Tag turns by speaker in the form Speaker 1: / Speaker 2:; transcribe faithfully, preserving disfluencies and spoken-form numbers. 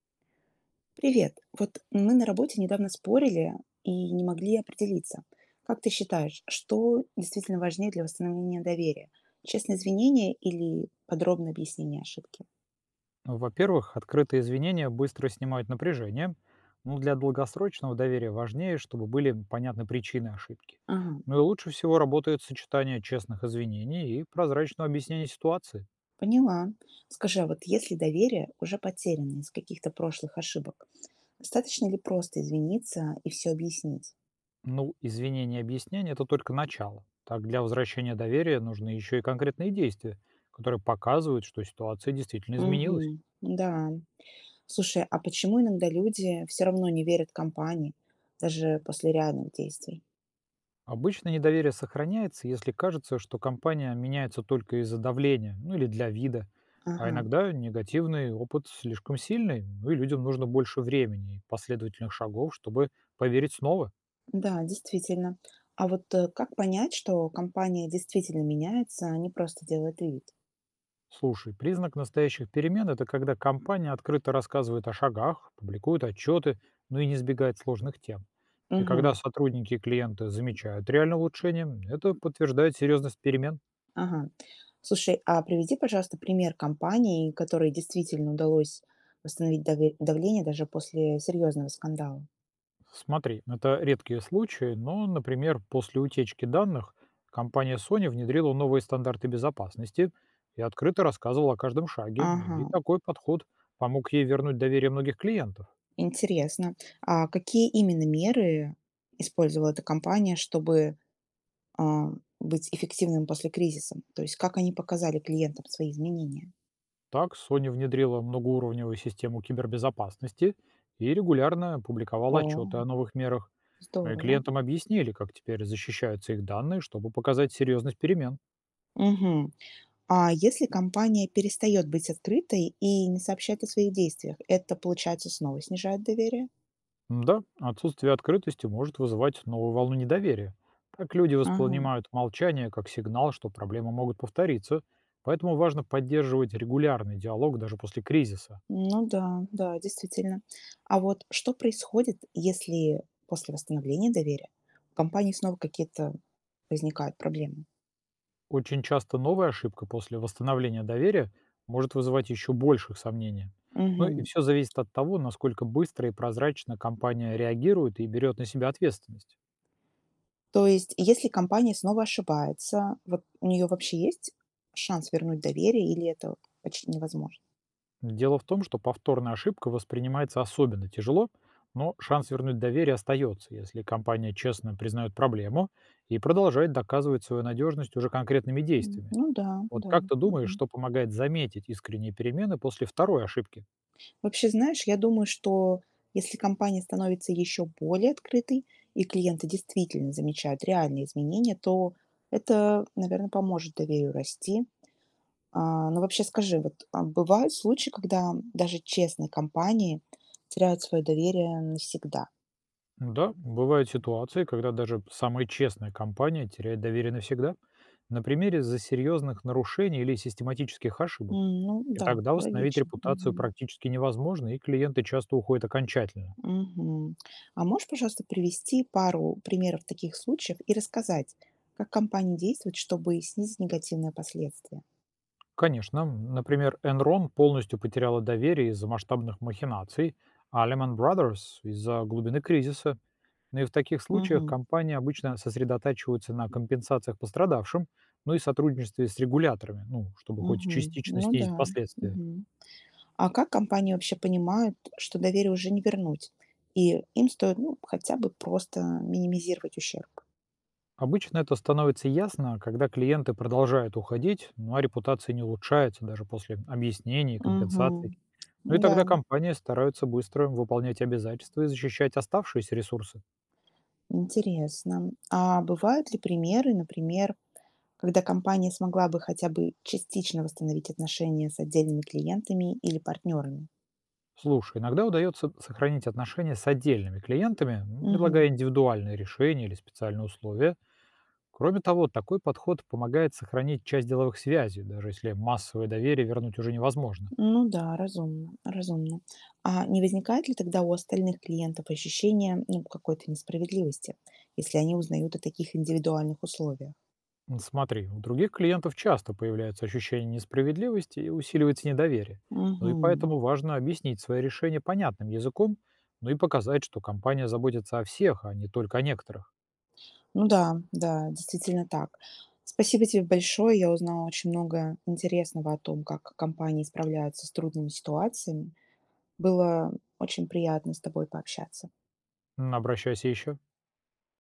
Speaker 1: Привет. Вот мы на работе недавно спорили и не могли определиться. Как ты считаешь, что действительно важнее для восстановления доверия? Честное извинение или подробное объяснение ошибки?
Speaker 2: Ну, во-первых, открытые извинения быстро снимают напряжение, но для долгосрочного доверия важнее, чтобы были понятны причины ошибки.
Speaker 1: Ага,
Speaker 2: Ну и лучше всего работает сочетание честных извинений и прозрачного объяснения ситуации.
Speaker 1: поняла. Скажи, а вот если доверие уже потеряно из каких-то прошлых ошибок, достаточно ли просто извиниться и все объяснить?
Speaker 2: Ну, извинения и объяснения – это только начало. Так для возвращения доверия нужны еще и конкретные действия, которые показывают, что ситуация действительно изменилась.
Speaker 1: Угу, да. Слушай, а почему иногда люди все равно не верят компании, даже после реальных действий?
Speaker 2: Обычно недоверие сохраняется, если кажется, что компания меняется только из-за давления, ну или для вида. А
Speaker 1: Ага.
Speaker 2: иногда негативный опыт слишком сильный, ну и людям нужно больше времени и последовательных шагов, чтобы поверить снова.
Speaker 1: Да, действительно. А вот э, как понять, что компания действительно меняется, а не просто делает вид?
Speaker 2: Слушай, признак настоящих перемен – это когда компания открыто рассказывает о шагах, публикует отчеты, ну и не избегает сложных тем. И когда
Speaker 1: Угу.
Speaker 2: сотрудники и клиенты замечают реальное улучшение, это подтверждает серьезность перемен.
Speaker 1: Ага. Слушай, а приведи, пожалуйста, пример компании, которой действительно удалось восстановить даве- давление даже после серьезного скандала.
Speaker 2: Смотри, это редкие случаи, но, например, после утечки данных компания Sony внедрила новые стандарты безопасности и открыто рассказывала о каждом шаге.
Speaker 1: Ага,
Speaker 2: И такой подход помог ей вернуть доверие многих клиентов.
Speaker 1: интересно. А какие именно меры использовала эта компания, чтобы а, быть эффективным после кризиса? То есть как они показали клиентам свои изменения?
Speaker 2: Так Sony внедрила многоуровневую систему кибербезопасности и регулярно публиковала
Speaker 1: О,
Speaker 2: отчеты о новых мерах. Ну и
Speaker 1: здорово.
Speaker 2: клиентам объяснили, как теперь защищаются их данные, чтобы показать серьезность перемен.
Speaker 1: Мгм. А если компания перестает быть открытой и не сообщает о своих действиях, это, получается, снова снижает доверие?
Speaker 2: Да, отсутствие открытости может вызывать новую волну недоверия. Так люди
Speaker 1: Ага.
Speaker 2: воспринимают молчание как сигнал, что проблемы могут повториться, поэтому важно поддерживать регулярный диалог даже после кризиса.
Speaker 1: Ну да, да, действительно. А вот что происходит, если после восстановления доверия у компании снова какие-то возникают проблемы?
Speaker 2: Очень часто новая ошибка после восстановления доверия может вызывать еще больших сомнений. Ну и
Speaker 1: Мгм.
Speaker 2: все зависит от того, насколько быстро и прозрачно компания реагирует и берет на себя ответственность.
Speaker 1: То есть, если компания снова ошибается, вот у нее вообще есть шанс вернуть доверие или это почти невозможно?
Speaker 2: Дело в том, что повторная ошибка воспринимается особенно тяжело, но шанс вернуть доверие остается, если компания честно признает проблему и продолжает доказывать свою надежность уже конкретными
Speaker 1: М,
Speaker 2: действиями.
Speaker 1: ну да,
Speaker 2: Вот
Speaker 1: да.
Speaker 2: как ты думаешь,
Speaker 1: Мгм.
Speaker 2: что помогает заметить искренние перемены после второй ошибки?
Speaker 1: Вообще, знаешь, я думаю, что если компания становится еще более открытой и клиенты действительно замечают реальные изменения, то это, наверное, поможет доверию расти. А, но вообще скажи, вот а бывают случаи, когда даже честные компании теряют свое доверие навсегда?
Speaker 2: Да, бывают ситуации, когда даже самая честная компания теряет доверие навсегда. На примере из-за серьезных нарушений или систематических ошибок.
Speaker 1: М, ну
Speaker 2: И
Speaker 1: да,
Speaker 2: тогда восстановить
Speaker 1: логично.
Speaker 2: репутацию
Speaker 1: Мгм.
Speaker 2: практически невозможно, и клиенты часто уходят окончательно.
Speaker 1: Мгм. А можешь, пожалуйста, привести пару примеров таких случаев и рассказать, как компании действуют, чтобы снизить негативные последствия?
Speaker 2: Конечно. Например, Enron полностью потеряла доверие из-за масштабных махинаций, а Lehman Brothers – из-за глубины кризиса. Но и в таких случаях
Speaker 1: Мгм.
Speaker 2: компании обычно сосредотачиваются на компенсациях пострадавшим, ну и сотрудничестве с регуляторами, ну, чтобы хоть
Speaker 1: Мгм.
Speaker 2: частично
Speaker 1: Ну
Speaker 2: снизить
Speaker 1: да.
Speaker 2: последствия.
Speaker 1: Мгм. А как компании вообще понимают, что доверие уже не вернуть, и им стоит, ну, хотя бы просто минимизировать ущерб?
Speaker 2: Обычно это становится ясно, когда клиенты продолжают уходить, ну а репутация не улучшается даже после объяснений и компенсаций.
Speaker 1: Мгм.
Speaker 2: Ну и
Speaker 1: Да,
Speaker 2: тогда компании стараются быстро выполнять обязательства и защищать оставшиеся ресурсы.
Speaker 1: интересно. А бывают ли примеры, например, когда компания смогла бы хотя бы частично восстановить отношения с отдельными клиентами или партнерами?
Speaker 2: Слушай, иногда удается сохранить отношения с отдельными клиентами, ну,
Speaker 1: Мгм.
Speaker 2: предлагая индивидуальные решения или специальные условия. Кроме того, такой подход помогает сохранить часть деловых связей, даже если массовое доверие вернуть уже невозможно.
Speaker 1: Ну да, разумно, разумно. А не возникает ли тогда у остальных клиентов ощущение, ну, какой-то несправедливости, если они узнают о таких индивидуальных условиях?
Speaker 2: М, смотри, у других клиентов часто появляется ощущение несправедливости и усиливается недоверие. Ну и
Speaker 1: Мгм.
Speaker 2: поэтому важно объяснить свои решения понятным языком, ну и показать, что компания заботится о всех, а не только о некоторых.
Speaker 1: Ну да, да, действительно так. Спасибо тебе большое. Я узнала очень много интересного о том, как компании справляются с трудными ситуациями. Было очень приятно с тобой пообщаться.
Speaker 2: М, обращайся еще.